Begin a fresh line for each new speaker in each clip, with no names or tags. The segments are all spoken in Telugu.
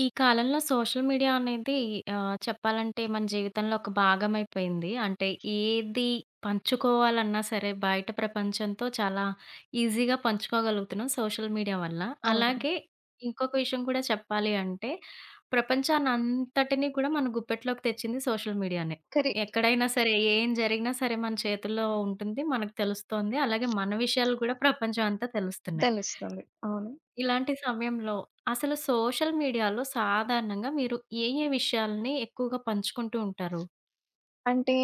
ఈ కాలంలో సోషల్ మీడియా అనేది చెప్పాలంటే మన జీవితంలో ఒక భాగమైపోయింది. అంటే ఏది పంచుకోవాలన్నా సరే బయట ప్రపంచంతో చాలా ఈజీగా పంచుకోగలుగుతున్నాం సోషల్ మీడియా వల్ల.
అవును.
అలాగే ఇంకొక విషయం కూడా చెప్పాలి అంటే ప్రపంచాన్నంతటిని కూడా మన గుప్పెట్లోకి తెచ్చింది సోషల్ మీడియానే.
కరెక్ట్.
ఎక్కడైనా సరే ఏం జరిగినా సరే మన చేతుల్లో ఉంటుంది. మనకు తెలుస్తోంది. అలాగే మన విషయాలు కూడా ప్రపంచం అంతా తెలుస్తున్నాయి.
తెలుస్తుంది. అవును.
ఇలాంటి సమయంలో అసలు సోషల్ మీడియాలో సాధారణంగా మీరు ఏ ఏ విషయాల్ని ఎక్కువగా పంచుకుంటూ ఉంటారు?
అంటే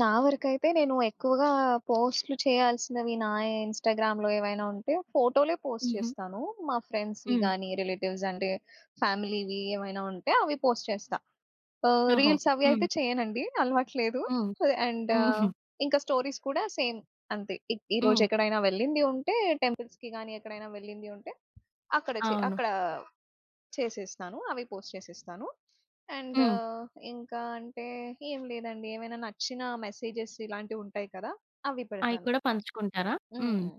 నా వరకైతే నేను ఎక్కువగా పోస్ట్‌లు చేయాల్సినవి నా ఇన్‌స్టాగ్రామ్‌లో ఏవైనా ఉంటే ఫోటోలే పోస్ట్
హుహు.
చేస్తాను. మా ఫ్రెండ్స్‌వి
హ్మ్.
గానీ, రిలేటివ్స్ అంటే ఫ్యామిలీవి ఏమైనా ఉంటే అవి పోస్ట్ చేస్తా.
ఓహో!
రీల్స్ అవి
హ్మ్.
అయితే చేయనండి. అలవాట్లేదు.
హ్మ్.
అండ్
హుహు.
ఇంకా స్టోరీస్ కూడా సేమ్ అంతే. ఈరోజు
హ్మ్.
ఎక్కడైనా వెళ్ళింది ఉంటే టెంపుల్స్‌కి గానీ, ఎక్కడైనా వెళ్ళింది ఉంటే
అవును.
అక్కడ చేసేస్తాను. అవి పోస్ట్ చేసేస్తాను. అండ్
హ్మ్.
ఆహ్, ఇంకా అంటే ఏం లేదండి. ఏమైనా నచ్చిన మెసేజెస్ ఇలాంటివుంటాయి కదా! అవి
అయి
పెడతాను.
కూడా పంచుకుంటారా? హ్మ్.
హ్మ్.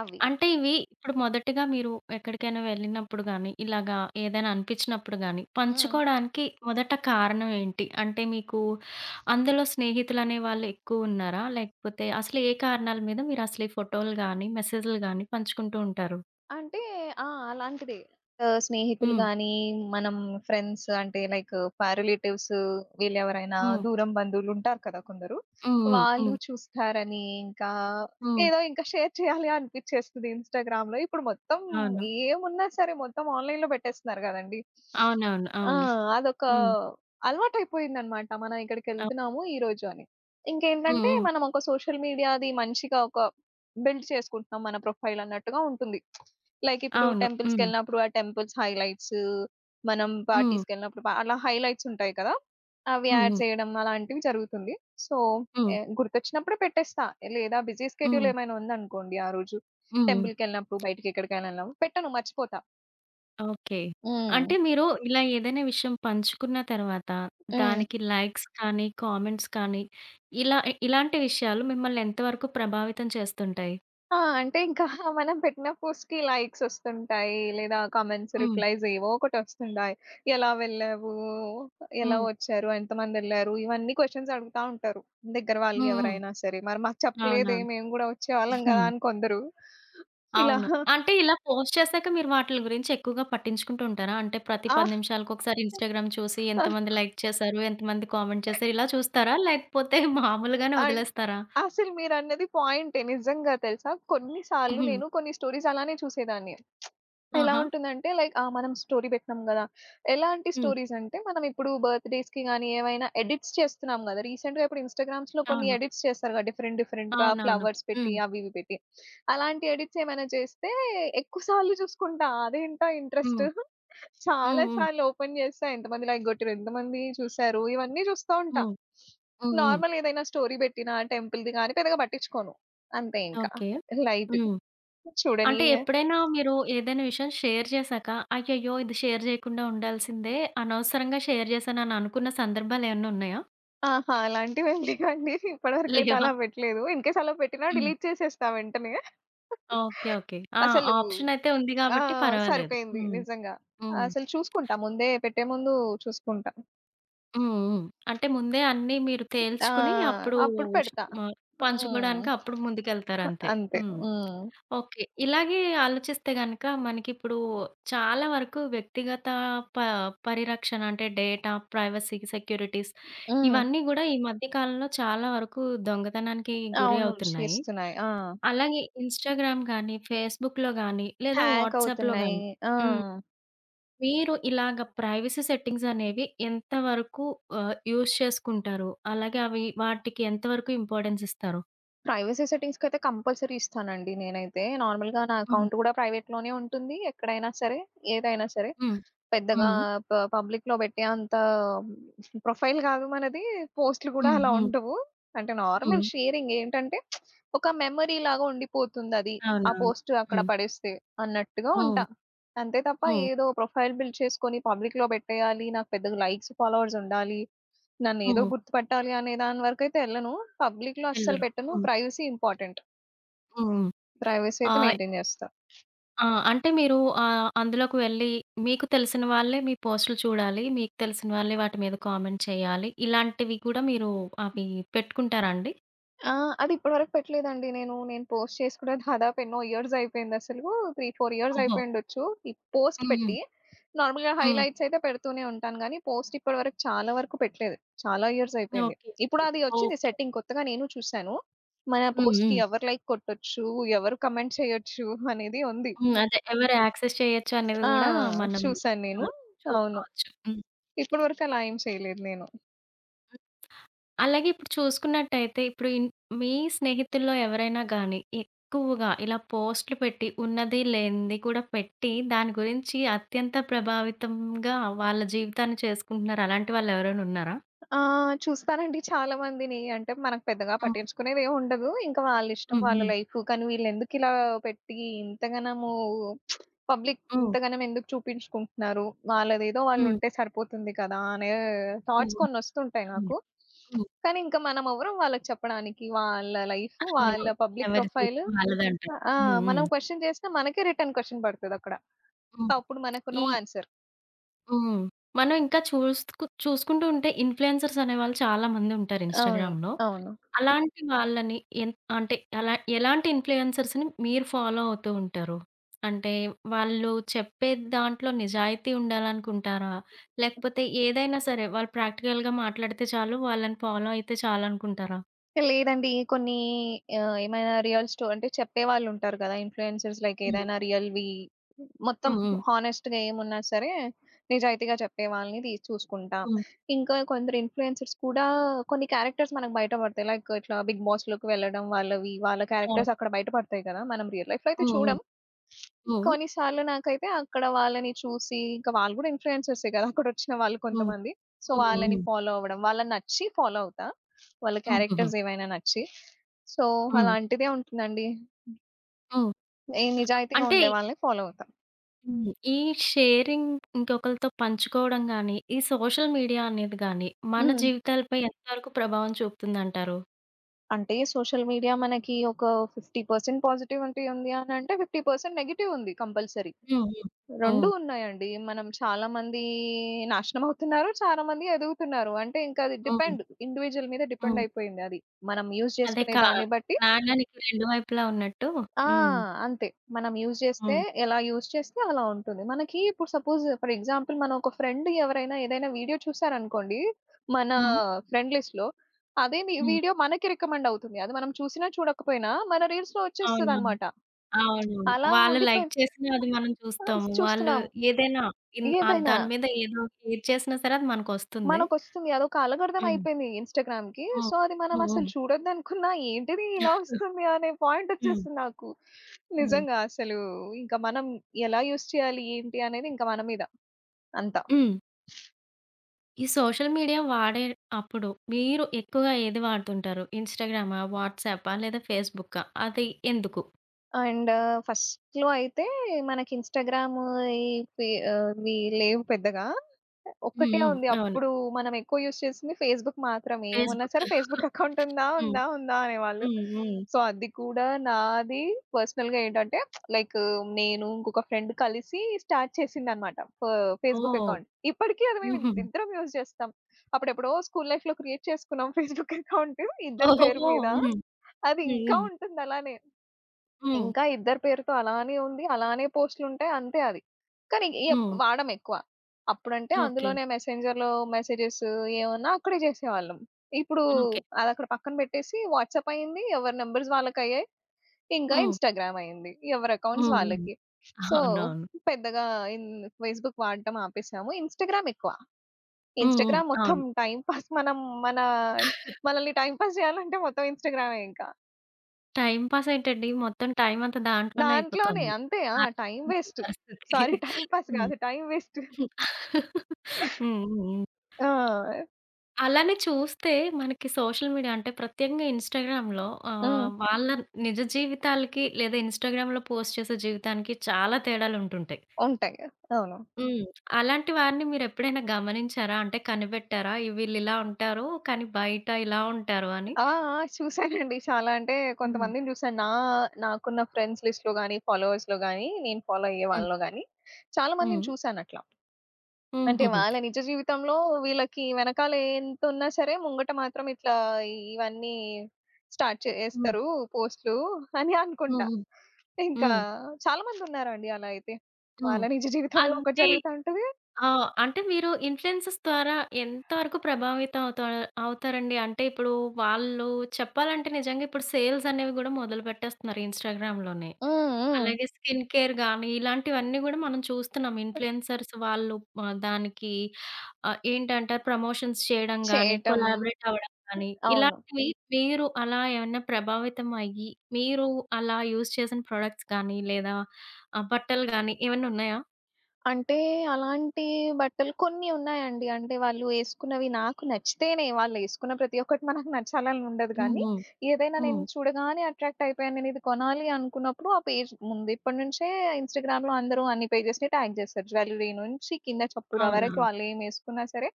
అవి.
అంటే ఇవి ఇప్పుడు మొదటగా మీరు ఎక్కడికైనా వెళ్ళినప్పుడు గాని, ఇలాగా ఏదైనా అనిపించినప్పుడు గాని,
హ్మ్.
పంచుకోవడానికి మొదట కారణం ఏంటి? అంటే మీకు అందులో స్నేహితులనే వాళ్ళు ఎక్కువున్నారా? లేకపోతే అసలు ఏ కారణాల మీద మీరు అసలు ఈ ఫోటోలు గాని, మెసేజ్‌లు గాని పంచుకుంటూ ఉంటారు?
అంటే ఆ! అలాంటిదే. స్నేహితులు
హ్మ్.
గానీ, మనం ఫ్రెండ్స్ అంటే లైక్ ఫర్ రిలేటివ్స్ వీళ్ళెవరైనా
హ్మ్.
దూరం బంధువులుంటారు కదా కొందరు.
హ్మ్. హ్మ్.
వాళ్ళు
హ్మ్.
చూస్తారని ఇంకా
హ్మ్.
ఏదో ఇంకా షేర్ చేయాలి అనిపిచ్చేస్తది ఇన్‌స్టాగ్రామ్‌లో. ఇప్పుడు మొత్తం
అవును.
ఏమున్నా సరే మొత్తం ఆన్‌లైన్‌లో పెట్టేస్తున్నారు గదండీ.
అవునవును.
ఆ!
అవును.
అదొక
హ్మ్.
అలవాటయిపోయిందనమాట. మనం
అవ్.
ఇక్కడికెళ్తున్నాము ఈరోజు అని.
హ్మ్.
ఇంకేంటంటే
హ్మ్.
మనం ఒక సోషల్ మీడియాది మంచిగా ఒక బిల్డ్ చేసుకుంటున్నాం మన ప్రొఫైల్ అన్నట్టుగా ఉంటుంది. లైక్ ఇప్పుడు
అవును. హ్మ్.
టెంపుల్స్‌కెళ్ళినప్పుడు ఆ టెంపుల్స్ హైలైట్స్, మనం
హ్మ్.
పార్టీస్‌కెళ్ళినప్పుడు అలా హైలైట్స్ ఉంటాయి కదా! అవి యాడ్
హుహు.
చేయడం అలాంటివి జరుగుతుంది. సో,
హ్మ్.
గుర్తొచ్చినప్పుడే పెట్టేస్తా. లేదా బిజీ స్కెడ్యూల్
హ్మ్.
ఏమైనా ఉందనుకోండి ఆ రోజు,
హ్మ్. హ్మ్.
టెంపుల్‌కెళ్ళినప్పుడు, బయటికి ఎక్కడికైనా వెళ్ళినప్పుడు పెట్టను మర్చిపోతా.
ఓకే.
హ్మ్.
అంటే మీరు ఇలా ఏదైనా విషయం పంచుకున్న తర్వాత
హ్మ్.
దానికి లైక్స్ కానీ, కామెంట్స్ కానీ ఇలా ఇలాంటి విషయాలు మిమ్మల్ని ఎంతవరకు ప్రభావితం చేస్తుంటాయి?
ఆ! అంటే ఇంకా మనం పెట్టిన పోస్ట్‌కి లైక్స్ ఒస్తుంటాయి. లేదా కామెంట్స్,
హ్మ్.
రిప్లైస్ ఏవో ఒకటొస్తుంటాయి. ఎలా వెళ్ళావు? ఎలా
హ్మ్.
వచ్చారు? ఎంతమందెళ్లారు? ఇవన్నీ క్వెషన్స్ అడుగుతా ఉంటారు. దగ్గర వాళ్ళు
హ్మ్. హ్మ్.
ఎవరైనా సరే. మరి మాకు చెప్పలేదే
అవునవును.
మేము గూడా వచ్చేవాళ్ళం గదా! అని కొందరు. ఇలా
అవును. అంటే ఇలా పోస్ట్ చేసాక మీరు వాటిలి గురించి ఎక్కువగా పట్టించుకుంటూ ఉంటారా? అంటే ప్రతి
ఆ!
10 నిమిషాలకొకసారి ఇన్‌స్టాగ్రామ్ చూసి ఎంతమంది లైక్ చేశారు? ఎంతమంది కామెంట్ చేశారు? ఇలా చూస్తారా? లేకపోతే మామూలుగానే
అన్
వదిలేస్తారా?
అసలు మీరన్నది పాయింటే నిజంగా తెలుసా? కొన్ని సార్లు
హ్మ్.
నేను కొన్ని స్టోరీస్ అలానే చూసేదాన్ని. ఎలా
ఆహా!
ఉంటుందంటే లైక్ ఆ! మనం స్టోరీ పెట్టినాం గదా! ఎలాంటి
హ్మ్.
స్టోరీస్ అంటే మనం ఇప్పుడు బర్త్‌డేస్‌కి గాని ఏవైనా ఎడిట్స్ చేస్తున్నాం గదా! రీసెంట్‌గా ఇప్పుడు ఇన్‌స్టాగ్రామ్స్‌లో కొన్ని
అవును.
ఎడిట్స్ చేస్తారు గదా! డిఫరెంట్ డిఫరెంట్‌గా
అవునవును.
ఫ్లవర్స్ పెట్టి
హ్మ్.
అవి ఇవి పెట్టి. అలాంటి ఎడిట్స్ ఏమైనా చేస్తే ఎక్కువ సార్లు చూసుకుంటా. అదేంటా ఇంట్రెస్ట్
హ్మ్. హ్మ్.
చాలా
హ్మ్.
సార్లు ఓపెన్ చేస్తా. ఎంతమంది లైక్ గొట్టిర్రు, ఎంతమంది చూసారు ఇవన్నీ చూస్తా ఉంటా.
హ్మ్. హ్మ్. హ్మ్.
నార్మల్ ఏదైనా స్టోరీ పెట్టినా టెంపుల్‌ది గాని పెద్దగా పట్టించుకోను. అంతే ఇంకా
ఓకే.
లైట్‌గా
హ్మ్.
చూడని
అంటే ఎప్పుడైనా మీరు ఏదైనా విషయం షేర్ చేశాక, అయ్యయ్యో! ఇది షేర్ చేయకుండా ఉండాల్సిందే. అనవసరంగా షేర్ చేశానని అనుకున్న సందర్భాలేమన్నా ఉన్నాయా?
ఆహా! అలాంటివేం లేవండి. ఇప్పటివరకైతే
లేవా?
అలా పెట్టలేదు. ఇన్‌కేస్ అలా పెట్టినా
హ్మ్.
డిలీట్ చేసేస్తా వెంటనే.
ఓకే. ఓకే. ఆ!
అసలు
ఆప్షనయితే ఉంది
ఆ!
గాబట్టి పర్వాలేదు.
సరిపోయింది
హ్మ్.
నిజంగా.
హ్మ్.
అసలు చూసుకుంటా. ముందే పెట్టే ముందు చూసుకుంటా.
హ్మ్. హ్మ్. అంటే ముందే అన్నీ మీరు
ఆ!
తేల్చుకుని అప్పుడు
అప్పుడు
ష్
పెడతా.
మ
హ్మ్.
పంచుకోడానికి అప్పుడు ముందుకెళ్తారంతే.
అంతే.
హ్మ్.
హ్మ్.
ఓకే. ఇలాగే ఆలోచిస్తే గనక మనకిప్పుడు చాలా వరకు వ్యక్తిగత ప పరిరక్షణ అంటే డేటా, ప్రైవసీ, సెక్యూరిటీస్
హ్మ్.
ఇవన్నీ గూడా ఈ మధ్య కాలంలో చాలా వరకు దొంగతనానికి గురి
అవును.
అవుతున్నాయి.
చేస్తున్నాయి. ఆ!
అలాగే ఇన్‌స్టాగ్రామ్ గానీ, ఫేస్‌బుక్‌లో గానీ లేదా
హ్యాక్
వాట్సాప్‌లో
అవుతున్నాయి.
గానీ
ఆ!
హ్మ్. మీరు ఇలాగ ప్రైవసీ సెట్టింగ్స్ అనేవి ఎంతవరకు యూజ్ చేసుకుంటారు? అలాగే అవి వాటికి ఎంతవరకు ఇంపార్టెన్స్ ఇస్తారు?
ప్రైవసీ సెట్టింగ్స్‌కైతే కంపల్సరీ ఇస్తానండి నేనైతే. నార్మల్‌గా నా
హ్మ్.
అకౌంట్ గూడా ప్రైవేట్‌లోనే ఉంటుంది. ఎక్కడైనా సరే, ఏదైనా సరే.
హ్మ్.
పెద్దగా
హ్మ్.
పబ్లిక్‌లో పెట్టే అంత ప్రొఫైల్ గాదు మనది. పోస్ట్‌లు గూడా
హ్మ్.
అలా
హ్మ్.
ఉండవు. అంటే నార్మల్
హ్మ్.
షేరింగ్ ఏంటంటే ఒక మెమరీ లాగా ఉండిపోతుందది. ఆ
అవునవును.
పోస్ట్ అక్కడ
హ్మ్.
పడేస్తే అన్నట్టుగా ఉంటా.
హ్మ్.
అంతే తప్ప
హ్మ్.
ఏదో ప్రొఫైల్ బిల్డ్ చేసుకొని పబ్లిక్‌లో పెట్టేయాలి. నాకు పెద్దగా లైక్స్, ఫాలోవర్స్ ఉండాలి. నన్నేదో
హ్మ్.
గుర్తుపట్టాలి అనే దాని వరకైతే ఎళ్ళను. పబ్లిక్‌లో అస్సలు
ఎల్లరు.
పెట్టను.
హ్మ్.
Privacy important.
హ్మ్.
ప్రైవసీ అయితే
ఆహ్,
మెయింటైన్ జేస్తా.
ఆ! అంటే మీరు అందులోకి వెళ్లి మీకు తెలిసిన వాళ్ళే మీ పోస్టులు చూడాలి. మీకు తెలిసిన వాళ్ళే వాటి మీద కామెంట్ చేయాలి. ఇలాంటివి కూడా మీరు అవి పెట్టుకుంటారా అండి?
ఆ! అది ఇప్పటివరకు పెట్టలేదండి నేను. నేను పోస్ట్ చేసి కూడా దాదాపు ఎన్నో ఇయర్స్ అయిపోయిందసలు. 3, 4 ఇయర్స్
ఓహో!
అయిపోయుండొచ్చు. ఈ పోస్ట్
హ్మ్.
పెట్టి. నార్మల్‌గా
హ్మ్.
హైలైట్స్ అయితే పెడుతూనే ఉంటాను గానీ, పోస్ట్ ఇప్పటివరకు చాలా వరకు పెట్టలేదు. చాలా ఇయర్స్ అయిపోయింది.
ఓకే.
ఇప్పుడు
ఓకే.
అది వచ్చింది
ఓకే.
సెట్టింగ్ కొత్తగా నేను చూసాను. మన
హ్మ్.
పోస్ట్‌కి
హ్మ్.
ఎవరు లైక్ కొట్టొచ్చు, ఎవరు కామెంట్ చేయొచ్చు అనేది ఉంది.
హ్మ్. అదే ఎవరు యాక్సెస్ చేయొచ్చు అనేది
ఆ!
గూడా మనం
చూసాను
ఆ!
నేను. అవును.
చూసుకోవచ్చు. హ్మ్.
ఇప్పటి వరకు అలా ఏం చేయలేదు నేను.
అలాగే ఇప్పుడు చూసుకున్నట్టయితే ఇప్పుడు మీ స్నేహితుల్లో ఎవరైనా గానీ ఎక్కువగా ఇలా పోస్ట్‌లు పెట్టి ఉన్నది, లేనిది కూడా పెట్టి దాని గురించి అత్యంత ప్రభావితంగా వాళ్ళ జీవితాన్ని చేసుకుంటున్నారు. అలాంటి వాళ్ళు ఎవరైనా ఉన్నారా?
చూస్తానండి చాలా మందిని. అంటే మనకు పెద్దగా
హ్మ్.
పట్టించుకునేదేం ఉండదు. ఇంకా వాళ్ళిష్టం
హ్మ్.
వాళ్ళ
హ్మ్.
లైఫ్. కానీ వీళ్ళెందుకిలా పెట్టి ఇంతగనము పబ్లిక్
హ్మ్.
ఇంతగనం ఎందుకు చూపించుకుంటున్నారు? వాళ్ళదేదో
హ్మ్.
వాళ్ళుంటే సరిపోతుంది కదా! అనే థాట్స్
హ్మ్.
కొన్నొస్తుంటాయి
హ్మ్.
నాకు.
హ్మ్.
కానీ ఇంకా మనమెవరం వాళ్ళకి చెప్పడానికి. వాళ్ళ లైఫ్, వాళ్ళ
అవును.
పబ్లిక్
ఎవరి
ప్రొఫైల్
జీవితం వాళ్ళదంటారు.
ఆ!
హ్మ్. హ్మ్.
మనం క్వెషన్ చేసినా మనకే రిటర్న్ క్వెషన్ పడతదక్కడ.
హ్మ్.
అప్పుడు మనకు నో
ఈ
ఆన్సర్.
హ్మ్. మనం ఇంకా చూసుకుంటూ ఉంటే ఇన్‌ఫ్లుయెన్సర్స్ అనేవాళ్ళు చాలా మంది ఉంటారు
అవును.
ఇన్‌స్టాగ్రామ్‌లో.
అవును.
అలాంటి వాళ్ళని ఎన్ అంటే అలా ఎలాంటి ఇన్‌ఫ్లుయెన్సర్స్‌ని మీరు ఫాలో అవుతూ ఉంటారు? అంటే వాళ్ళు చెప్పే దాంట్లో నిజాయితీ ఉండాలనుకుంటారా? లేకపోతే ఏదైనా సరే వాళ్ళు ప్రాక్టికల్‌గా మాట్లాడితే చాలు వాళ్ళని ఫాలో అయితే చాలనుకుంటారా?
లేదండి. కొన్ని ఏమైనా రియల్ స్టో అంటే చెప్పేవాళ్ళుంటారు గదా! ఇన్‌ఫ్లుయెన్సర్స్ లైక్
హ్మ్.
ఏదైనా రియల్‌వి మొత్తం
హ్మ్. హ్మ్.
హానెస్ట్‌గా ఏమున్నా సరే నిజాయితీగా చెప్పే వాళ్ళని తీసి చూసుకుంటా.
హ్మ్.
ఇంకా కొందరు ఇన్‌ఫ్లుయెన్సర్స్ కూడా కొన్ని క్యారెక్టర్స్ మనకు బయట పడతాయి. లైక్ ఇట్లా 'బిగ్ బాస్‌లోకి' వెళ్ళడం వాళ్ళవి వాళ్ళ
అవును.
క్యారెక్టర్స్ అక్కడ బయట పడతాయి కదా! మనం రియల్ లైఫ్‌లో అయితే
హ్మ్.
చూడం. కొన్నిసార్లు నాకైతే అక్కడ వాళ్ళని చూసి ఇంకా వాళ్ళు గూడా ఇన్‌ఫ్లుయెన్సర్సే కదా! అక్కడొచ్చిన వాళ్ళు
హ్మ్.
కొంతమంది. సో,
హ్మ్. హ్మ్.
వాళ్ళని
హ్మ్.
ఫాలో అవ్వడం, వాళ్ళని నచ్చి ఫాలో అవుతా. వాళ్ళ
హ్మ్. హ్మ్. హ్మ్.
క్యారెక్టర్స్ ఏవైనా నచ్చి. సో,
హ్మ్.
అలాంటిదే ఉంటుందండి.
హ్మ్.
ఏ నిజాయితీగా
అంటే
ఉండే వాళ్ళని ఫాలో అవుతాం.
హ్మ్. ఈ షేరింగ్ ఇంకొకళ్ళతో పంచుకోవడం గాని, ఈ సోషల్ మీడియా అనేది గాని, మన
హ్మ్.
జీవితాలపై ఎంతవరకు ప్రభావం చూపుతుందంటారు?
అంటే సోషల్ మీడియా మనకి ఒక 50% పాజిటివిటీ ఉంది అనంటే, 50% నెగెటివ్ ఉంది కంపల్సరీ.
హ్మ్. హ్మ్.
2
హ్మ్.
ఉన్నాయండి. మనం చాలా మంది నాశనం అవుతున్నారు. చాలా మంది ఎదుగుతున్నారు. అంటే ఇంకా అది
హ్మ్.
డిపెండ్ ఇండివిడ్యువల్ మీద డిపెండ్
హ్మ్.
అయిపోయింది అది. మనం యూజ్
అదే
చేసుకునే
కా
దాన్ని బట్టి
నాణానికి రెండు వైపులా ఉన్నట్టు.
ఆ!
హ్మ్.
అంతే. మనం యూజ్ చేస్తే,
హ్మ్.
ఎలా యూజ్ చేస్తే అలా ఉంటుంది. మనకి ఇప్పుడు సపోజ్ ఫర్ ఎగ్జాంపుల్ మనం ఒక ఫ్రెండ్ ఎవరైనా ఏదైనా వీడియో చూసారనుకోండి, మన
హ్మ్.
ఫ్రెండ్ లిస్ట్‌లో, అదే
హ్మ్.
వీడియో మనకి రికమెండ్ అవుతుంది. అది మనం చూసినా, చూడకపోయినా మన రీల్స్‌లో
అవునవును.
వచ్చేస్తదనమాట.
అవునవును.
అలా
వాళ్ళు లైక్
ఉండిపోయి
చేసినా అది మనం
ఆ!
చూస్తాము. వాళ్ళు
చూస్తున్నాం.
ఏదైనా
ఏదైనా.
దాని మీద ఏదో ఏది చేసినా సరే అది మనకొస్తుంది.
మనకొస్తుంది. అదొక అల్గోరిథం
హ్మ్.
అయిపోయింది ఇన్‌స్టాగ్రామ్‌కి.
హ్మ్.
సో, అది మనం
హ్మ్.
అసలు
హ్మ్.
చూడొద్దనుకున్నా ఏంటిది ఇలా వస్తుంది అనే
హ్మ్.
పాయింటొచ్చేస్తుంది నాకు.
హ్మ్.
నిజంగా అసలు ఇంకా మనం ఎలా యూజ్ చేయాలి ఏంటి అనేది ఇంకా మన మీద అంతా.
హ్మ్. ఈ సోషల్ మీడియా వాడే అప్పుడు మీరు ఎక్కువగా ఏది వాడుతుంటారు? ఇన్‌స్టాగ్రామా? వాట్సాపా? లేదా ఫేస్‌బుక్కా? అది ఎందుకు?
అండ్ ఫస్ట్‌లో అయితే మనకి ఇన్‌స్టాగ్రామ్ ఈ ఇవి లేవు పెద్దగా.
హ్మ్.
ఒక్కటే
హ్మ్.
ఉంది.
అవును.
అప్పుడు మనం ఎక్కువ యూజ్ చేసింది ఫేస్‌బుక్ మాత్రమే. ఏమున్నా
ఫేస్‌బుక్.
సరే ఫేస్‌బుక్ అకౌంట్ ఉందా?
హ్మ్.
ఉందా? ఉందా? అనేవాళ్ళు.
హ్మ్. హ్మ్.
సో, అది కూడా నాది పర్సనల్‌గా ఏంటంటే లైక్ నేను ఇంకొక ఫ్రెండ్ కలిసి స్టార్ట్ చేసిందనమాట. ఫేస్‌బుక్
ఓహ్!
అకౌంట్. ఇప్పటికి అది మేము
హుహు.
ఇద్దరం యూజ్ చేస్తాం. అప్పుడెప్పుడో స్కూల్ లైఫ్‌లో క్రియేట్ చేసుకున్నాం ఫేస్‌బుక్ అకౌంట్ ఇద్దరి పేరు
ఓహోహో!
మీద.
హ్మ్.
అది
హ్మ్.
ఇంకా
హ్మ్.
ఉంటుంది అలానే.
హ్మ్.
ఇంకా ఇద్దరి పేరుతో అలానే ఉంది. అలానే పోస్ట్‌లుంటాయి. అంతే అది. కానీ
హ్మ్.
వాడమెక్కువ. అప్పుడంటే
ఓకే.
అందులోనే మెసెంజర్‌లో మెసేజెస్ ఏమన్నా అక్కడే చేసేవాళ్ళం. ఇప్పుడు
ఓకే.
అదక్కడ పక్కన పెట్టేసి వాట్సాప్ అయింది. ఎవరి నంబర్స్ వాళ్ళకయ్యాయి. ఇంకా
హ్మ్.
ఇన్‌స్టాగ్రామ్ అయింది. ఎవరి అకౌంట్స్
హ్మ్. హ్మ్.
వాళ్ళకి. సో,
అవునవును.
పెద్దగా ఇన్ ఫేస్‌బుక్ వాడటం ఆపేసాము. ఇన్‌స్టాగ్రామ్ ఎక్కువ.
హ్మ్. హ్మ్.
ఇన్‌స్టాగ్రామ్ మొత్తం
అవును.
టైమ్ పాస్ మనం మన మనల్ని టైమ్ పాస్ చేయాలంటే మొత్తం ఇన్‌స్టాగ్రామే ఇంకా.
టైమ్ పాస్ ఏంటండి? మొత్తం టైమ్ అంతా దాంట్లోనే
దాంట్లోనే
అయిపోతుంది.
అంతే. ఆ!
ఆ!
Time waste.
పరిస్థితి.
సారీ టైమ్ పాస్
హ్మ్.
కాదు. Time waste.
హ్మ్. హ్మ్. హ్మ్.
ఆ!
అలానే చూస్తే మనకి సోషల్ మీడియా అంటే ప్రత్యేకంగా ఇన్‌స్టాగ్రామ్‌లో
హ్మ్.
వాళ్ళ నిజ జీవితాలకి లేదా ఇన్‌స్టాగ్రామ్‌లో పోస్ట్ చేసే జీవితానికి చాలా తేడాలుంటుంటాయి.
ఉంటాయి. అవును.
హ్మ్. అలాంటి వారిని మీరెప్పుడైనా గమనించారా? అంటే కనిపెట్టారా? ఈ వీళ్ళిలా ఉంటారు, కానీ బయట ఇలా ఉంటారు అని?
ఆ! ఆ! చూసానండి. చాలా అంటే
హ్మ్.
కొంతమందిని చూసాను. నాకున్న ఫ్రెండ్స్ లిస్ట్‌లో గాని, ఫాలోవర్స్‌లో గాని, నేను ఫాలో అయ్యే
హ్మ్.
వాళ్ళలో గాని చాలా మందిని
హ్మ్.
చూసానట్లా. అంటే
హుహుహు.
వాళ్ళ నిజ జీవితంలో వీళ్ళకి వెనకాల ఎంతున్నా సరే ముంగట మాత్రం ఇట్లా ఇవన్నీ స్టార్ట్
హ్మ్.
చేసేస్తారు పోస్ట్‌లు అని అనుకుంటా.
హ్మ్.
ఇంకా
హ్మ్.
చాలా మందున్నారండి అలా అయితే.
హ్మ్.
వాళ్ళ నిజ జీవితంలో ఒకటి
అంటే
జరుగుతా ఉంటది.
ఆ! అంటే మీరు ఇన్‌ఫ్లుయెన్సర్స్ ద్వారా ఎంత వరకు ప్రభావితం అవుతా అవుతారండి? అంటే ఇప్పుడు వాళ్ళు చెప్పాలంటే నిజంగా ఇప్పుడు సేల్స్ అనేవి గూడా మొదలుపెట్టేస్తున్నారు ఇన్‌స్టాగ్రామ్‌లోనే.
హ్మ్. హ్మ్.
అలాగే స్కిన్ కేర్ గానీ, ఇలాంటివన్నీ గూడా మనం చూస్తున్నాం. ఇన్‌ఫ్లుయెన్సర్స్ వాళ్ళు దానికి ఏంటంటారు ప్రమోషన్స్ చేయడం గానీ,
చేయటం.
కొలాబరేట్ అవ్వడం గానీ,
అవును.
ఇలాంటివి మీరు అలా ఏమన్నా ప్రభావితం అయ్యి, మీరు అలా యూజ్ చేసిన ప్రొడక్ట్స్ గానీ, లేదా బట్టలు గానీ ఏమన్నా ఉన్నాయా?
అంటే అలాంటి బట్టలు కొన్ని ఉన్నాయండి. అంటే వాళ్ళు ఏసుకున్నవి నాకు నచ్చితేనే వాళ్ళేసుకున్న ప్రతి ఒక్కటి మనకు నచ్చాలని ఉండదు
హ్మ్.
గానీ,
హ్మ్.
ఏదైనా నేను
హ్మ్.
చూడగానే అట్రాక్ట్ అయిపోయాను. నేనిది కొనాలి అనుకున్నప్పుడు ఆ పేజ్ ముందు ఇప్పటి నుంచే ఇన్‌స్టాగ్రామ్‌లో అందరూ అన్ని పేజెస్‌ని ట్యాగ్ చేస్తారు. జ్యువెల్లరీ నుంచి కింద చప్పుర వరకు
అవునవును.
వాళ్ళేమేసుకున్నా సరే,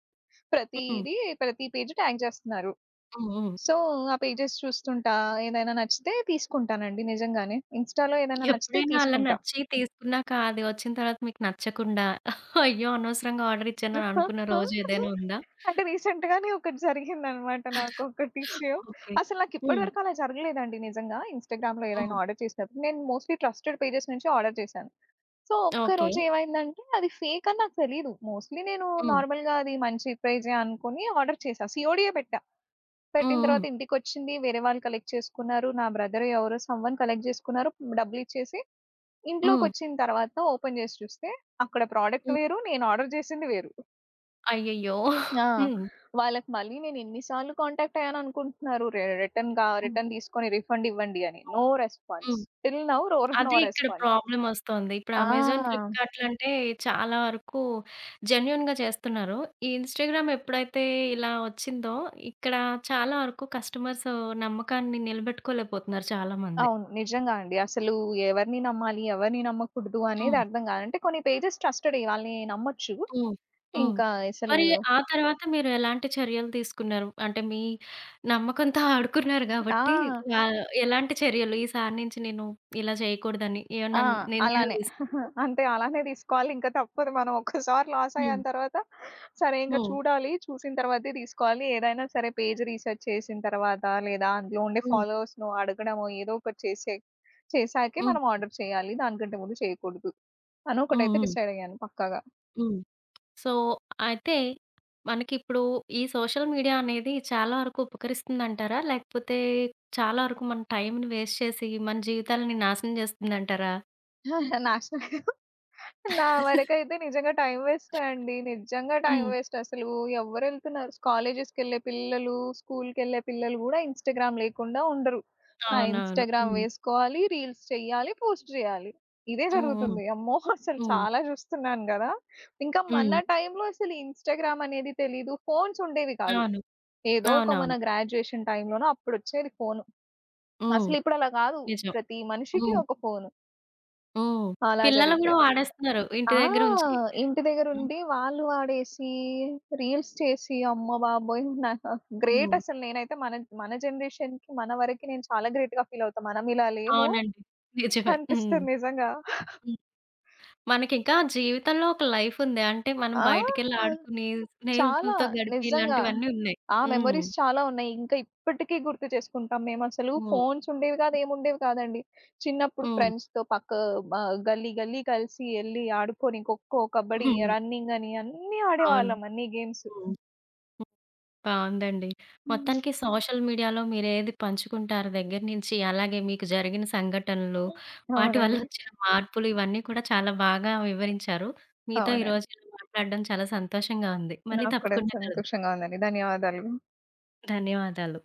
హ్మ్.
ప్రతీది ప్రతి పేజ్ ట్యాగ్ చేస్తున్నారు.
హ్మ్. హ్మ్.
సో, ఆ పేజెస్ చూస్తుంటా. ఏదైనా నచ్చితే తీసుకుంటానండి నిజంగానే. ఇన్‌స్టాలో ఏదైనా నచ్చితే
ఎప్పుడైనా అలా
తీసుకుంటా.
నచ్చి తీసుకున్నాక అది వచ్చిన తర్వాత మీకు నచ్చకుండా అయ్యో! అనవసరంగా ఆర్డర్ ఇచ్చానని అనుకున్న రోజు ఏదైనా ఉందా?
అంటే రీసెంట్‌గానే ఒకటి జరిగిందనమాట నాకు ఒకటి ఇష్యూ.
ఓకే.
అసలు నాకిప్పటి
హ్మ్.
వరకు అలా జరగలేదండి నిజంగా. ఇన్‌స్టాగ్రామ్‌లో ఏదైనా
హ్మ్.
ఆర్డర్ చేసినప్పుడు. నేను మోస్ట్‌లీ ట్రస్టెడ్ పేజెస్ నుంచి ఆర్డర్ చేశాను. So,
okay.
ఒక్కరోజు ఏమైందంటే అది ఫేక్ అని నాకు తెలీదు. మోస్ట్‌లీ నేను
హ్మ్.
నార్మల్‌గా అది మంచి పేజే అనుకుని ఆర్డర్ చేశా. సీఓడీయే పెట్టా.
హ్మ్.
పెట్టిన
హ్మ్.
తర్వాత ఇంటికొచ్చింది. వేరే వాళ్ళు కలెక్ట్ చేసుకున్నారు. నా బ్రదరో ఎవరో సమ్‌వన్ కలెక్ట్ చేసుకున్నారు. డబ్బులిచ్చేసి
హ్మ్.
ఇంట్లోకొచ్చిన తర్వాత ఓపెన్ జేసి చూస్తే, అక్కడ ప్రోడక్ట్
హ్మ్.
వేరు. నేను ఆర్డర్ జేసింది వేరు.
అయ్యయ్యో!
ఆ!
హ్మ్.
వాళ్ళకి మళ్ళీ నేను ఎన్ని సార్లు కాంటాక్ట్ అయ్యాననుకుంటున్నారు. రిటర్న్ గా
హ్మ్.
రిటర్న్ తీసుకొని రిఫండ్ ఇవ్వండి అని. No response.
హ్మ్.
టిల్ నౌ నో
అదే ఇక్కడ
రెస్పాన్స్.
ప్రాబ్లమ్ ఒస్తోంది. ఇప్పుడు అమెజాన్,
ఆ!
ఫ్లిప్‌కార్ట్‌లంటే చాలా వరకు జెన్యూన్‌గా చేస్తున్నారు. ఈ ఇన్‌స్టాగ్రామ్ ఎప్పుడైతే ఇలా ఒచ్చిందో ఇక్కడ చాలా వరకు కస్టమర్స్ నమ్మకాన్ని నిలబెట్టుకోలేకపోతున్నారు చాలామంది.
అవును. నిజంగా అండి. అసలు ఎవరిని నమ్మాలి? ఎవరిని నమ్మకూడదు అనేది
హ్మ్.
అర్థం గాదు. అంటే కొన్ని పేజెస్ ట్రస్టెడే వాళ్ళని నమ్మొచ్చు.
హ్మ్. హ్మ్.
ఇంకా అసలు
మరి ఆ తర్వాత మీరు ఎలాంటి చర్యలు తీసుకున్నారు? అంటే మీ నమ్మకంతో ఆడుకున్నారు గాబట్టి
ఆ!
వా ఎలాంటి చర్యలు? ఈసారి నుంచి నేను ఇలా చేయకూడదని
ఆ!
ఏమన్నా నిర్ణయాలు
అలానే.
తీసుకున్నారా?
అంతే అలానే తీసుకోవాలి. ఇంకా తప్పదు. మనం ఒక్కసారి లాస్
హ్మ్.
అయ్యాన తర్వాత, సరే ఇంక
హ్మ్.
చూడాలి. చూసిన తర్వాతే తీసుకోవాలి. ఏదైనా సరే పేజ్ రీసెర్చ్ చేసిన తర్వాత, లేదా అందులో ఉండే
హ్మ్.
ఫాలోవర్స్‌ను అడగడమో, ఏదో ఒకటి చేసే చేశాకే
హ్మ్.
మనం ఆర్డర్ చేయాలి. దానికంటే ముందు చేయకూడదు. అని
హ్మ్.
ఒకటైతే
హ్మ్.
డిసైడ్ అయ్యాను పక్కాగా.
హ్మ్. సో, అయితే మనకిప్పుడు ఈ సోషల్ మీడియా అనేది చాలా వరకు ఉపకరిస్తుందంటారా? లేకపోతే చాలా వరకు మన టైంని వేస్ట్ చేసి, మన జీవితాలని నాశనం చేస్తుందంటారా?
నేషనల్ నా వరకైతే నిజంగా టైం వేస్టే అండి. నిజంగా టైం
హ్మ్.
వేస్ట్ అసలు. ఎవ్వరెళ్తున్నారు? కాలేజెస్‌కెళ్ళే పిల్లలు, స్కూల్‌కెళ్ళే పిల్లలు గూడా ఇన్‌స్టాగ్రామ్ లేకుండా ఉండరు. ఆ
అవునవును.
ఇన్‌స్టాగ్రామ్
హ్మ్.
వేసుకోవాలి, రీల్స్ చెయ్యాలి, పోస్ట్ జేయాలి. ఇదే
హ్మ్. హ్మ్.
జరుగుతుంది. అమ్మో! అసలు
హ్మ్.
చాలా జూస్తున్నాను గదా! ఇంకా మన
హ్మ్.
టైంలో అసలు ఇన్‌స్టాగ్రామ్ అనేది తెలీదు. ఫోన్స్ ఉండేవి కాదు.
అవును.
ఏదో ఒక మన
అవునవును.
గ్రాడ్యుయేషన్ టైంలోనో అప్పుడొచ్చేది ఫోను.
హ్మ్.
అసలిప్పుడు అలా గాదు.
నిజం.
ప్రతి మనిషికి
హ్మ్.
ఒక ఫోను.
హ్మ్.
అలా
పిల్లలు గూడా
జరిగిపోయింది.
వాడేస్తున్నారు ఇంటి
ఆ!
దగ్గర ఉంచి.
ఇంటి
హ్మ్.
దగ్గరుండి వాళ్ళు వాడేసి, రీల్స్ చేసి అమ్మ బాబోయ్! నాకు గ్రేట్ అసలు నేనైతే మన మన జనరేషన్‌కి, మన వరకి నేను చాలా గ్రేట్‌గా ఫీల్ అవుతా. మనం ఇలా లేము
అవునండి. నిజమే. హ్మ్.
అనిపిస్తుంది నిజంగా.
మనకింకా జీవితంలో ఒక లైఫ్ ఉంది. అంటే మనం
ఆ!
బయటికెళ్ళి ఆడుకుని,
చాలా
స్నేహితులతో గడిపి
నిజంగా.
ఇలాంటివన్నీ ఉన్నాయి.
ఆ
హ్మ్.
మెమోరీస్ చాలా ఉన్నాయి. ఇంకా ఇప్పటికీ గుర్తు చేసుకుంటాం. మేమసలు
హ్మ్.
ఫోన్స్ ఉండేవి కాదు, ఏముండేవి కాదండి. చిన్నప్పుడు
హ్మ్.
ఫ్రెండ్స్‌తో గల్లీ గల్లీ కలిసి ఎళ్లి ఆడుకొని ఖోఖో, కబడ్డీ,
హ్మ్.
రన్నింగ్ అని అన్నీ
అవును.
ఆడేవాళ్ళం అన్ని గేమ్స్.
హ్మ్. బావుందండి.
హ్మ్.
మొత్తానికి సోషల్ మీడియాలో మీరేది పంచుకుంటారో దగ్గర నుంచి, అలాగే మీకు జరిగిన సంఘటనలు, వాటి వల్ల
అవునండి.
వచ్చిన మార్పులు ఇవన్నీ కూడా చాలా బాగా వివరించారు. మీతో
అవునండి.
ఈరోజు ఇలా మాట్లాడడం చాలా సంతోషంగా ఉంది. మళ్ళీ
నాకు కూడా
తప్పకుండా కలుద్దాం.
సంతోషంగా ఉందండి. ధన్యవాదాలు.
ధన్యవాదాలు.